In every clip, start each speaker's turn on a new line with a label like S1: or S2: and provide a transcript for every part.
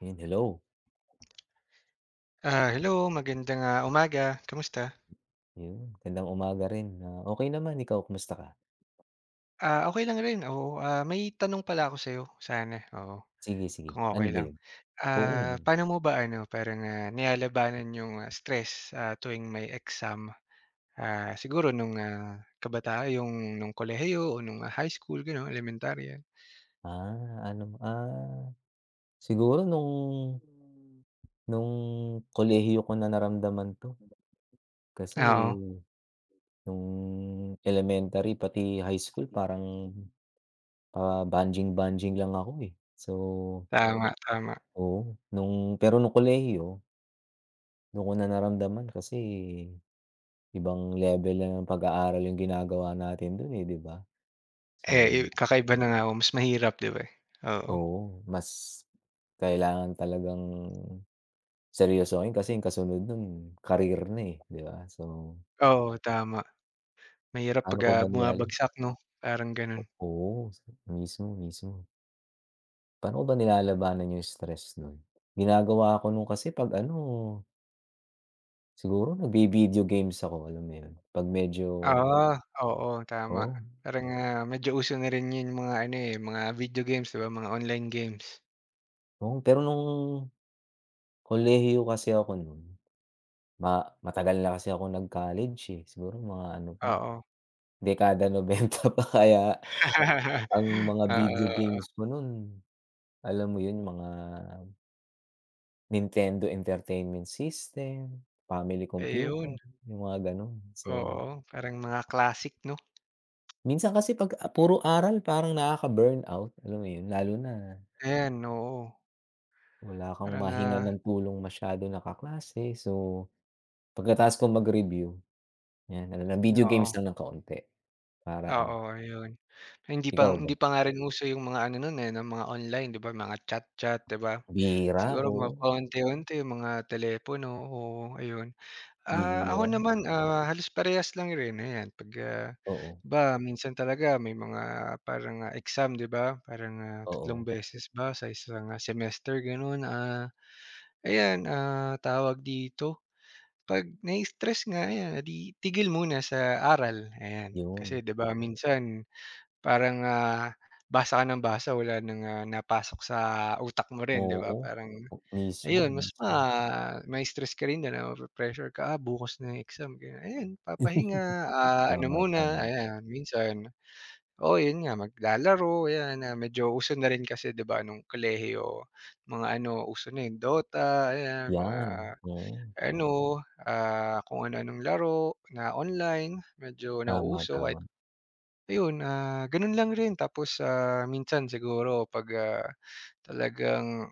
S1: Ayun, hello.
S2: Hello, magandang, umaga. Kamusta?
S1: Yun, magandang umaga rin. Ah, okey naman, ikaw kumusta ka?
S2: Okey lang rin, oo. May tanong pala ako sa'yo sana, oo,
S1: Sige, sige.
S2: kung
S1: Ano
S2: okay
S1: ba
S2: lang.
S1: yun? Oo naman.
S2: Paano mo ba ano, parang, nilalabanan yung, stress, tuwing may exam? Siguro nung, kabataan yung nung kolehiyo o nung high school, gano'n, elementarya?
S1: Ah, ano, ah, siguro nung kolehiyo ko na naramdaman 'to. Kasi
S2: Oo,
S1: nung elementary pati high school parang pa-bonding-bonding lang ako, eh. So,
S2: tama, tama.
S1: oo, pero nung kolehiyo dun ko na naramdaman kasi ibang level na ng pag-aaral yung ginagawa natin dun, eh, 'di ba? So,
S2: Eh, kakaiba na nga, oo, mas mahirap, 'di ba, eh? Oo.
S1: oo, mas kailangan talagang seryosohin kasi yung kasunod nun career na, eh, 'di ba? So,
S2: Oo, tama. Mahirap
S1: paano
S2: 'pag,
S1: ko ba nilala
S2: bumabagsak 'no, parang gano'n.
S1: oo, mismo, mismo. Paano ko ba nilalabanan yung stress nun? Ginagawa ko nun kasi 'pag ano, siguro nagvi-video games ako, alam mo yun? 'Pag medyo
S2: Oo, oo, tama.
S1: Oo,
S2: Parang, medyo uso na rin 'yun mga ano, eh, mga video games, 'di ba, mga online games.
S1: oo. Pero nung kolehiyo kasi ako nun, matagal na kasi ako nag-college, eh, siguro mga ano pa,
S2: Oo.
S1: dekada nobenta pa kaya. Ang mga video games
S2: Oo,
S1: ko nun, alam mo yun, mga Nintendo Entertainment System, Family Computer,
S2: ayun,
S1: yung mga ganun. So,
S2: oo, parang mga classic 'no?
S1: minsan kasi 'pag, ah, puro aral parang nakaka-burnout, alam mo yun? Lalo na
S2: Ayan, oo,
S1: wala kang
S2: parang,
S1: mahinga ng tulong masyado na kaklase. So, pagkatapos kong mag-review, 'yan ano lang, video
S2: oo,
S1: games lang ng kaunti para ano.
S2: oo, ayun. Hindi pa
S1: Ikaw ba?
S2: hindi pa nga rin uso yung mga ano nun, eh, ng mga online, 'di ba, mga chat-chat, 'di ba?
S1: Bihira,
S2: Siguro
S1: oo,
S2: mga paunti-unti yung mga telepono, oo, ayun. Ako
S1: bihira.
S2: naman, halos parehas lang rin, ayan. 'Pag,
S1: Oo,
S2: 'di ba minsan talaga may mga parang, exam, 'di ba? Parang, 3
S1: oo,
S2: beses ba sa isang, semester, gano'n. Ayan, tawag dito, 'pag nai-stress nga, ayan, eh, 'di tigil muna sa aral, ayan. Kasi
S1: yun.
S2: 'di ba minsan parang, basa ka ng basa wala nang, napasok sa utak mo rin, 'di ba?
S1: Oo,
S2: Parang
S1: mismo,
S2: ayun mas
S1: mismo.
S2: ma-stress ka rin do'n, nape-pressure ka, bukas na yung exam ganyan, ayan papahinga, ano
S1: Tama,
S2: muna
S1: tama.
S2: ayan minsan, oo yun nga maglalaro yan na medyo uso na rin kasi 'di ba nung kolehiyo mga ano uso na yung Dota, ayan mga
S1: 'Yan, hmm.
S2: ano, kung ano-anong laro na online medyo
S1: Tama,
S2: nauuso kahit,
S1: tama.
S2: ayun, gano'n lang rin tapos, minsan siguro 'pag, talagang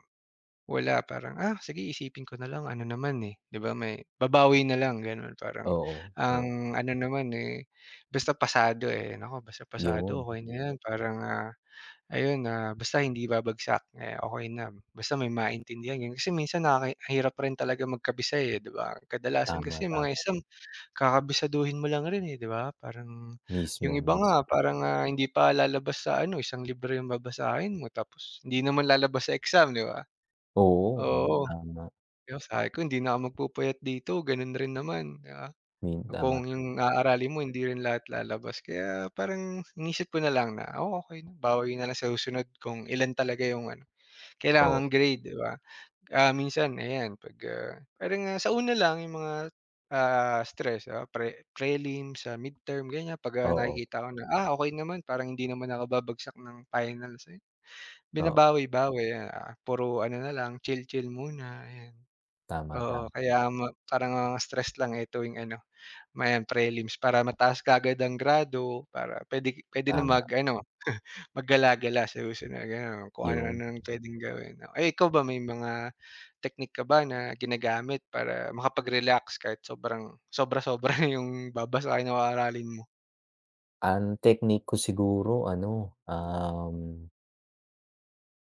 S2: wala, parang, "Ah, sige isipin ko na lang ano naman, eh." 'Di ba may babawi na lang gano'n parang
S1: Oo, oo.
S2: ang ano naman, eh, basta pasado, eh, naku basta pasado
S1: 'Yun,
S2: okey na 'yan parang, ayun, basta hindi babagsak, eh, okey na. Basta may maintindihan ganyan. Kasi minsan nakaka hirap rin talaga magkabisay, eh, 'di ba? Kadalasan
S1: tama,
S2: kasi yung mga
S1: tama.
S2: exam kakabisaduhin mo lang rin, eh, 'di ba? Parang yung
S1: Mismo,
S2: iba nga
S1: mismo.
S2: parang, hindi pa lalabas sa ano, isang libro yung babasahin mo tapos hindi naman lalabas sa exam, 'di ba?
S1: Oo, oo,
S2: Oo.
S1: tama.
S2: 'Yon sabi ko hindi na ako magpupuyat dito gano'n rin naman, 'di ba?
S1: Tama,
S2: Kung
S1: tama,
S2: yung aaralin mo hindi rin lahat lalabas kaya parang inisip ko na lang na, "Oh, okey na bawi na lang sa susunod kung ilan talaga yung ano,
S1: oo,
S2: kailangang grade," 'di ba? Minsan ayan 'pag, parang, sa una lang yung mga, stress, prelim sa midterm ganyan 'pag,
S1: oo,
S2: nakikita ko na, okey naman parang hindi naman ako babagsak ng finals, ayun
S1: oo.
S2: binabawi-bawi, puro ano na lang chill-chill muna, ayan.
S1: Tama,
S2: Oo,
S1: tama,
S2: kaya parang ang stress lang, eh, tuwing ano, mayan prelims para mataas kaagad ang grado, para puwede puwede na
S1: tama.
S2: mag-ano, maggala-gala sa susunod, gano'n. Kung
S1: yung
S2: ano-ano ang puwedeng gawin, no. Eh, ikaw ba may mga technique ka ba na ginagamit para makapag-relax kahit sobrang sobra-sobra na yung babasahin o aaralin mo?
S1: Ang technique ko siguro ano,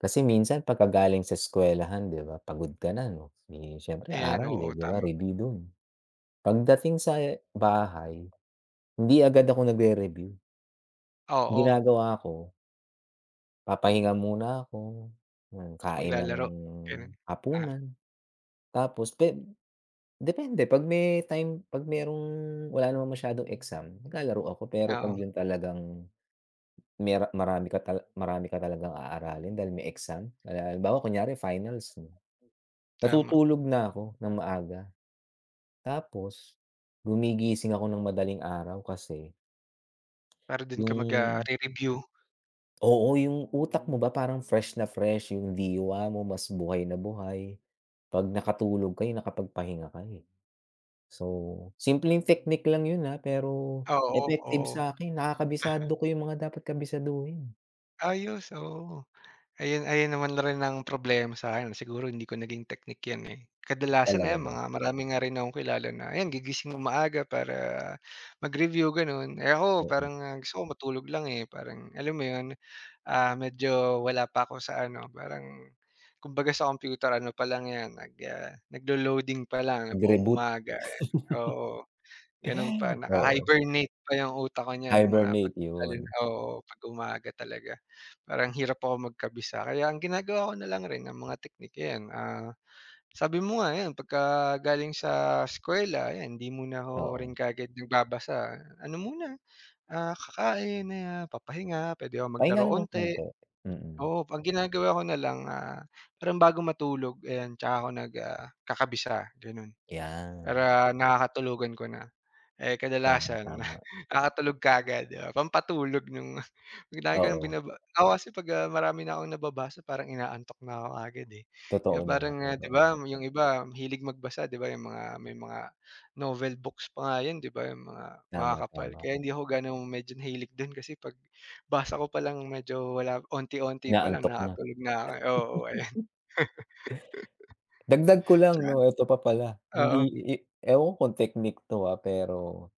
S1: kasi minsan pagkagaling sa eskuwelahan 'di ba, pagod ka na 'no, eh, siyempre
S2: Ayan,
S1: aral,
S2: oo,
S1: eh, 'di ba,
S2: tama.
S1: review dun. Pagdating sa bahay, hindi agad ako nagre-review. Ang
S2: Oo,
S1: ginagawa ko, papahinga muna ako, kain ng
S2: maglalaro, gano'n. Ah,
S1: hapunan, tapos depende 'pag may time 'pag merong wala naman masyadong exam, naglalaro ako. Pero 'pag
S2: Oo,
S1: yun talagang mera marami ka tala marami ka talagang aaralin dahil may exam, ah, halimbawa kunyari finals,
S2: tama.
S1: natutulog na ako ng maaga. Tapos gumigising ako ng madaling araw kasi
S2: Para do'n ka
S1: yung
S2: review.
S1: oo, yung utak mo ba parang fresh na fresh, yung diwa mo mas buhay na buhay. 'Pag nakatulog kayo, nakapagpahinga kayo, eh. So, simpleng technique lang yun, ah, pero
S2: Oo,
S1: effective
S2: oo.
S1: sa'kin. Nakakabisado ko yung mga dapat kabisaduhin.
S2: Ayos, oo. Ayun ayun naman rin ang problema sa'kin siguro hindi ko naging teknik 'yan, eh. Kadalasan
S1: Talaga
S2: ayan
S1: ba?
S2: mga marami nga rin akong kilala na ayan gigising ng maaga para mag-review gano'n. Eh, ako
S1: Oo,
S2: parang, gusto ko matulog lang, eh, parang alam mo 'yun, medyo wala pa ako sa ano parang kumbaga sa computer ano pa lang 'yan naglo-loading pa lang buong
S1: nag-reboot.
S2: umaga, oo. Gano'n pa,
S1: Oo,
S2: naka-hibernate pa yung utak ko niyan nung mga 'pag,
S1: hibernate
S2: lalo na
S1: yun,
S2: oo, 'pag umaga talaga. Parang hirap ako magkabisa kaya ang ginagawa ko na lang rin ang mga teknik ayan, sabi mo nga ayan pagka galing sa eskuwela ayan hindi muna ako rin
S1: oo.
S2: kaagad nagbabasa. Ano muna, kakain, papahinga, puwede ako
S1: Pahinga
S2: maglaro
S1: lang ng
S2: onti.
S1: konti, mm.
S2: Oo, ang ginagawa ko na lang, parang bago matulog ayan tsaka ako kakabisa gano'n.
S1: 'Yan,
S2: Para nakakatulugan ko na. Eh, kadalasan
S1: tamang-tama.
S2: nakakatulog kaagad, pampatulog nung pag lagi ko ng
S1: Oo,
S2: binaba ako kasi 'pag, marami na akong nababasa parang inaantok na ako kaagad, eh. Kaya
S1: totoo
S2: parang,
S1: naman,
S2: 'di ba
S1: totoo.
S2: yung iba hilig magbasa 'di ba yung mga may mga novel books pa nga yun 'di ba, yung mga
S1: Tama,
S2: makakapal.
S1: tama.
S2: Kaya hindi ako gano'ng medyo hilig dun kasi 'pag basa ko palang medyo wala onti-onti palang
S1: Inaantok na.
S2: nakakatulog na ako, eh, oo, ayan.
S1: Dagdag ko lang
S2: Tsaka
S1: 'no, eto pa pala, hindi
S2: oo,
S1: i ewan ko kung technique 'to, ah, pero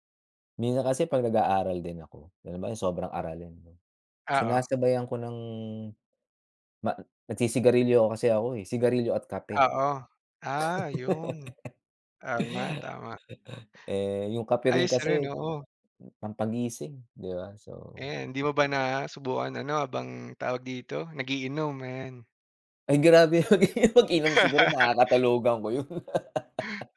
S1: minsan kasi 'pag nag-aaral din ako, halimbawa yung sobrang aralin 'no,
S2: oo,
S1: sinasabayan ko ng ma nagsisigarilyo kasi ako, eh, sigarilyo at kape.
S2: oo. Yun. Tama, tama.
S1: Eh, yung kape rin
S2: Ayos rin,
S1: kasi
S2: oo.
S1: pampagising, 'di ba? So,
S2: Ayan, 'di mo ba nasubukan ano habang tawag dito, nagiinom, ayan.
S1: ay grabe, mag-inom siguro makakatulugan ko yun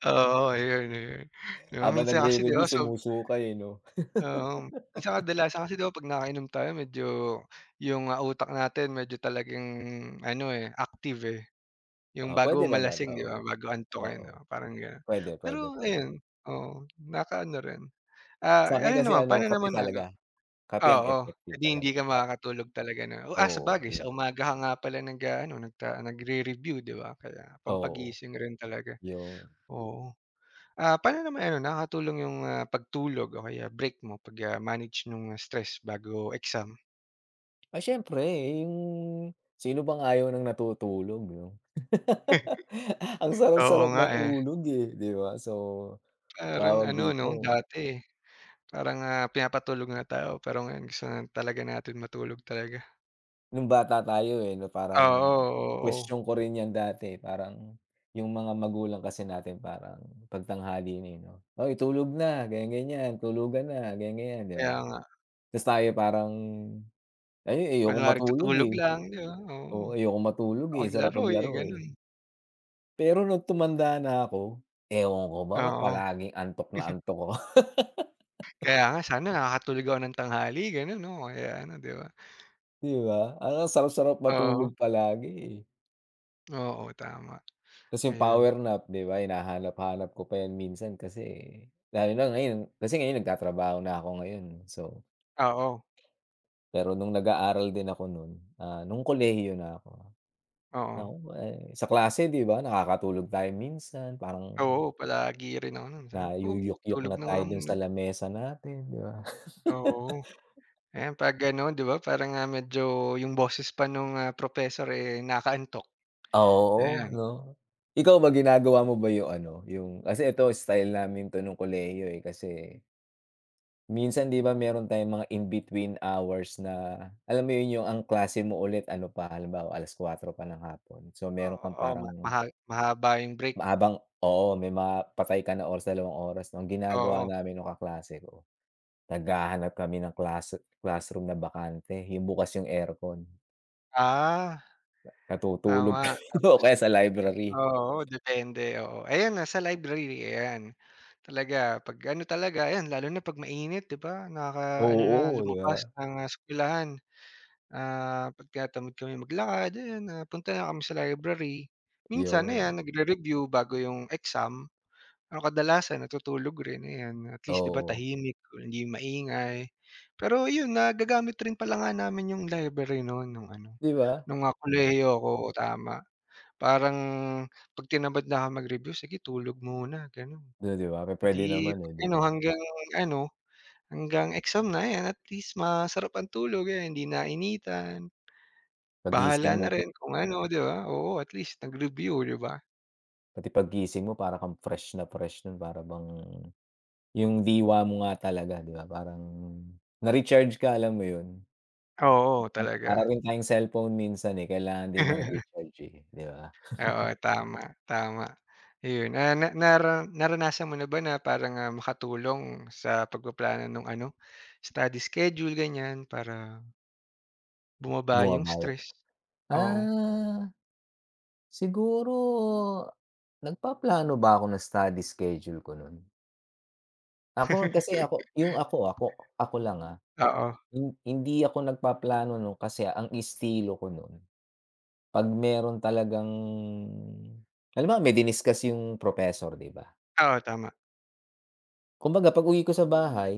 S2: Oo, ayun, ayun. 'Di ba
S1: habang
S2: minsan kasi 'di ba
S1: nagre-review sumusukay, eh, 'no?
S2: oo, minsan kadalasan kasi 'di ba 'pag nakainom tayo medyo yung, utak natin medyo talagang ano, eh, active, eh, yung
S1: Ah,
S2: bago
S1: puwede naman,
S2: malasing 'di
S1: oo.
S2: ba, bago antukin,
S1: Oo,
S2: oo, parang gano'n.
S1: puwede,
S2: Pero
S1: puwede, puwede.
S2: ayun, oo, nakakaano rin.
S1: Sa'kin
S2: Ano
S1: kasi
S2: naman,
S1: ano,
S2: paano
S1: kape
S2: naman ano.
S1: talaga, kape ang
S2: Oo, eh,
S1: effective
S2: di hindi
S1: talaga.
S2: ka makakatulog talaga na o,
S1: Oo,
S2: sabagay sa
S1: yun.
S2: umaga ka nga pala nag-aano, nagre-review, 'di ba? Kaya
S1: Oo,
S2: pampagising rin talaga,
S1: yun.
S2: oo. Paano naman ano, nakakatulong yung, pagtulog o kaya break mo pag, manage nung stress bago exam?
S1: Ay siyempre, yung sino bang ayaw ng natutulog 'no? Ang
S2: Oo
S1: sarap-sarap
S2: nga, eh,
S1: matulog, eh, 'di ba? So,
S2: parang
S1: tawag
S2: ano 'no,
S1: dito,
S2: dati parang, pinapatulog na tayo pero ngayon gusto na talaga natin matulog talaga.
S1: nung bata tayo, eh, 'no, parang
S2: Oo, oo,
S1: kuwestyon ko rin 'yan dati, eh, parang yung mga magulang kasi natin parang pagtanghali tanghali na, eh, 'no, "Hoy tulog na," ganyan-ganyan, "Tulugan na," ganyan-ganyan, 'di ba?
S2: kaya nga.
S1: Ta's tayo parang, ay ayokong
S2: Kunwari
S1: matulog,
S2: tutulog
S1: eh,
S2: lang, 'di ba? Oo,
S1: oo, ayokong matulog, eh, sarap
S2: maglaro, eh,
S1: maglaro, eh.
S2: gano'n.
S1: Pero nung tumanda na ako, ewan ko ba, ba't
S2: Oo.
S1: palaging antok na antok ako,
S2: Kaya nga sana nakakatulog ako ng tanghali gano'n 'no, o kaya ano 'di ba?
S1: 'di ba? Parang ang sarap-sarap
S2: Oo,
S1: matulog palagi, eh.
S2: oo tama,
S1: Tas yung
S2: ayun.
S1: power nap, 'di ba, hinahanap-hanap ko pa 'yan minsan kasi lalo na ngayon kasi ngayon nagtatrabaho na ako ngayon, so
S2: Oo,
S1: pero nung nag-aaral din ako nun, ah, nung kolehiyo na ako,
S2: oo,
S1: naku, eh, sa klase, 'di ba, nakakatulog tayo minsan, parang
S2: oo palagi rin ako no'n sabi ko, "Oh,
S1: nayuyukyuk
S2: Tulog
S1: na
S2: na nga
S1: tayo dun
S2: muna."
S1: sa lamesa natin, 'di ba?
S2: Oo, ayan 'pag ano 'di ba parang, medyo yung boses pa nung, professor, eh, nakaantok,
S1: Ah, oo,
S2: ayan.
S1: 'no? Ikaw ba ginagawa mo ba yung ano, yung kasi ito style namin 'to nung kolehiyo, eh, kasi minsan 'di ba meron tayong mga in between hours na alam mo yun, yung ang klase mo ulit ano pa, halimbawa 4:00 pa ng hapon. So, meron
S2: Oo,
S1: kang
S2: oo ma
S1: parang
S2: maha mahaba yung break,
S1: mahabang oo, may mapatay ka na oras, dalawang oras 'no. Ang ginagawa
S2: oo.
S1: namin nung kaklase ko, naghahanap kami ng classroom na bakante, yung bukas yung aircon,
S2: Ah,
S1: natutulog
S2: Tama
S1: kami o
S2: tapos.
S1: kaya sa library.
S2: Oo, depende, oo. Ayan, nasa library, ayan. Talaga 'pag ano talaga, ayan lalo na 'pag mainit 'di ba, nakaka-ano na
S1: Oo, 'di ba?
S2: lumabas ng eskuwelahan, pagka tamad kami maglakad, ayan, punta na kami sa library. Minsan
S1: Yun.
S2: ayan, nagre-review bago yung exam, pero kadalasan natutulog rin, ayan. At least 'di ba
S1: Oo.
S2: tahimik, hindi maingay. Pero yun, nagagamit rin pala nga namin yung library no'n nung ano,
S1: 'Di ba?
S2: nung,
S1: Oo,
S2: kolehiyo ko, tama. Parang 'pag tinamad na akong mag-review, sige tulog muna gano'n.
S1: 'di ba,
S2: Eh,
S1: pupuwede
S2: di
S1: naman, eh, 'di
S2: ano
S1: ba?
S2: hanggang ano, hanggang exam na, ayan at least masarap ang tulog, ayan hindi nainitan, bahala
S1: Paggising mo
S2: na
S1: pa
S2: rin kung ano, 'di ba? Oo, at least nag-review, 'di ba?
S1: Pati paggising mo para kang fresh na fresh nun, para bang yung diwa mo nga talaga, 'di ba, parang na-recharge ka, alam mo yun?
S2: Oo,
S1: Para
S2: talaga.
S1: rin tayong cellphone minsan, eh, kailangan din ng recharge, eh, 'di ba?
S2: Oo, tama, tama. Ayun, na nara naranasan mo na ba na parang, makatulong sa pagpaplano nung ano, study schedule ganyan para bumaba yung
S1: Bumaba yun?
S2: stress? Oo.
S1: Ah, siguro nagpaplano ba ako ng study schedule ko nun? Ako kasi ako yung ako, ako ako lang, ah.
S2: Oo,
S1: Hindi ako nagpaplano nun kasi ang estilo ko nun 'pag meron talagang halimbawa may diniscuss yung propessor, 'di ba?
S2: oo tama.
S1: Kumbaga pag-uwi ko sa bahay,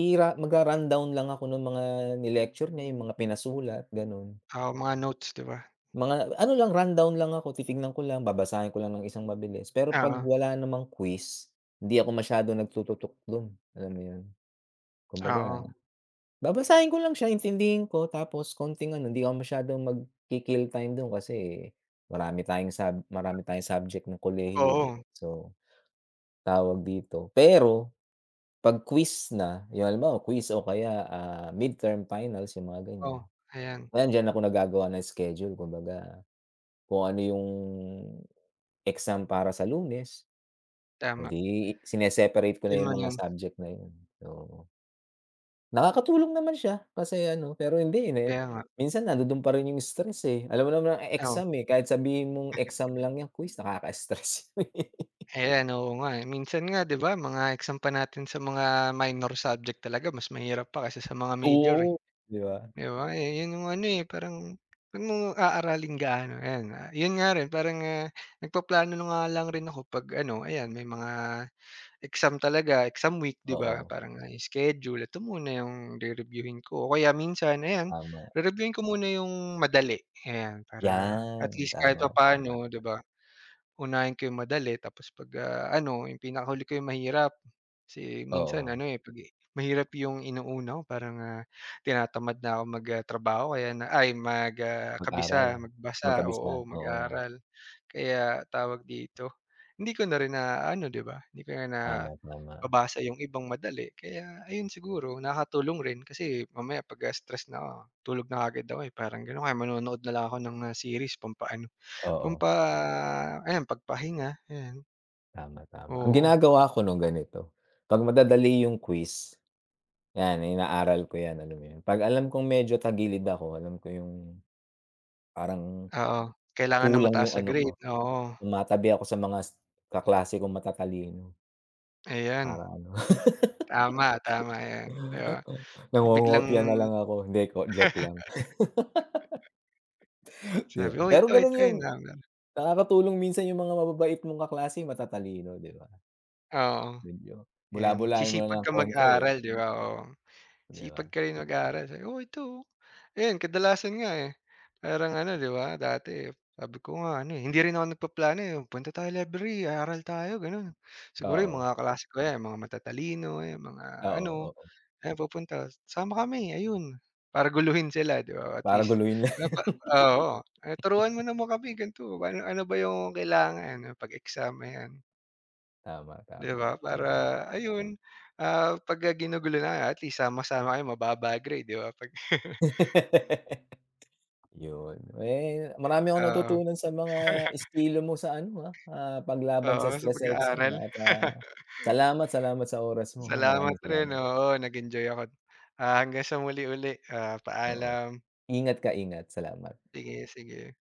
S1: magra-rundown lang ako ng mga ni-lecture niya, yung mga pinasulat, gano'n.
S2: Oo, mga notes 'di ba?
S1: Mga ano lang, rundown lang ako, titignan ko lang, babasahin ko lang ng isang mabilis. Pero 'pag
S2: Oo,
S1: wala namang quiz, hindi ako masyadong nagtututok dun, alam mo yun? Kumbaga,
S2: oo,
S1: babasahin ko lang siya, intindihin ko tapos konting ano, hindi ako masyadong magki-kill time dun kasi marami tayong subject ng kolehiyo, 'di
S2: oo,
S1: ba? So, tawag dito. Pero 'pag quiz na, yung halimbawa quiz o kaya, ah, midterm finals, yung mga ganyan,
S2: oh, ayan
S1: ayan diyan ako naggagawa ng schedule, kumbaga kung ano yung exam para sa Lunes, o
S2: tama.
S1: 'di sine-separate ko na
S2: Yun
S1: yung
S2: man
S1: mga
S2: yung
S1: subject na yun, so nakakatulong naman siya kasi ano, pero hindi, eh, na
S2: kaya nga,
S1: minsan nando'n pa rin yung stress, eh. Alam mo naman ang
S2: oo.
S1: exam, eh, kahit sabihin mong exam lang yan, quiz nakaka-stress yun, eh.
S2: Ayan, oo nga, eh. Minsan nga 'di ba mga exam pa natin sa mga minor subject talaga mas mahirap pa kaysa sa mga major, eh,
S1: Oo. 'Di ba?
S2: 'di ba? Eh, yun yung ano, eh, parang 'pag mo aaraling gaano ayan, yun nga rin parang, nagpaplano na nga lang rin ako 'pag ano, ayan may mga exam talaga, exam week, 'di ba?
S1: Oo,
S2: Parang, schedule, ito muna yung re-reviewin ko o kaya minsan ayan,
S1: tama.
S2: re-reviewin ko muna yung madali, ayan. Para at
S1: Yan,
S2: least kahit
S1: tama, tama.
S2: papaano, 'di ba, unahin ko yung madali tapos 'pag, ano, yung pinakahuli ko yung mahirap. Kasi minsan
S1: Oo,
S2: ano, eh, 'pag mahirap yung inuuna ko parang, tinatamad na ako trabaho kaya na ay
S1: mag-aral,
S2: kabisa, magbasa,
S1: magkabisa,
S2: oo,
S1: oo.
S2: mag-aral. Kaya tawag dito, hindi ko na rin naaano, 'di ba? Hindi ko na na
S1: Tama, tama.
S2: babasa yung ibang madali kaya ayun siguro nakakatulong rin kasi mamaya pagka stress na ako tulog na kaagad ako, eh, parang gano'n. Kaya manonood na lang ako ng, series pampaano,
S1: Oo,
S2: pampa ayan pagpahinga, ayan.
S1: tama, tama. Ang
S2: Oo,
S1: ginagawa ko no'n ganito, 'pag madadali yung quiz, yan inaaral ko yan, alam mo yun. 'Pag alam kong medyo tagilid ako, alam ko yung parang
S2: oo. Kailangan ng
S1: kulang
S2: mataas
S1: yung
S2: na
S1: ano
S2: grade,
S1: ko.
S2: oo.
S1: Tumatabi ako sa mga kaklase kong matatalino
S2: Ayan,
S1: para ano,
S2: tama, tama yan, 'di ba? Biglang
S1: nangongopya na lang ako. Hindi ko, joke lang. 'Di
S2: sabi,
S1: ba?
S2: "Oh,
S1: Pero
S2: ito,
S1: gano'n
S2: ito
S1: 'yun,
S2: yun."
S1: nakakatulong minsan yung mga mababait mong kaklase matatalino, 'di ba?
S2: Oo,
S1: Medyo
S2: yan.
S1: bula-bulahin mo na
S2: Sisipag
S1: ng
S2: ka
S1: konti, eh,
S2: mag-aral, 'di ba? Oo.
S1: 'di ba?
S2: Sipag ka rin mag-aral sabi, "Oh, ito, oh." Ayun, kadalasan nga, eh. Parang ano, 'di ba, dati sabi ko nga ano, eh, hindi rin ako nagpaplano, eh, "Punta tayo library, aaral tayo," gano'n. Siguro yung
S1: Oo,
S2: mga kaklase ko yan, mga matatalino, yung mga
S1: oo,
S2: ano,
S1: oo.
S2: "Ayan pupunta, sama kami," ayun. Para guluhin sila, 'di ba, at
S1: Para
S2: least
S1: guluhin
S2: na
S1: lang.
S2: pa oo, "Ah, turuan mo naman kami ganito, ano ano ba yung kailangan Ano, pag-exam," ayan,
S1: Tama,
S2: 'di
S1: tama,
S2: ba? Para
S1: yun.
S2: ayun, pagka ginugulo na, at least sama-sama kayo mababa grade, 'di ba, 'pag
S1: Yun. Eh, marami akong natutunan sa mga estilo mo sa ano, ah, ah, paglaban sa
S2: Oo, sa
S1: stress sa exam,
S2: pag-aaral.
S1: ah, at, ah, salamat, salamat sa oras mo, ha. Maraming
S2: Salamat rin,
S1: salamat.
S2: oo nag-enjoy ako. Hanggang sa muli uli,
S1: Oo.
S2: paalam.
S1: Ingat ka, ingat. Salamat.
S2: Sige, sige.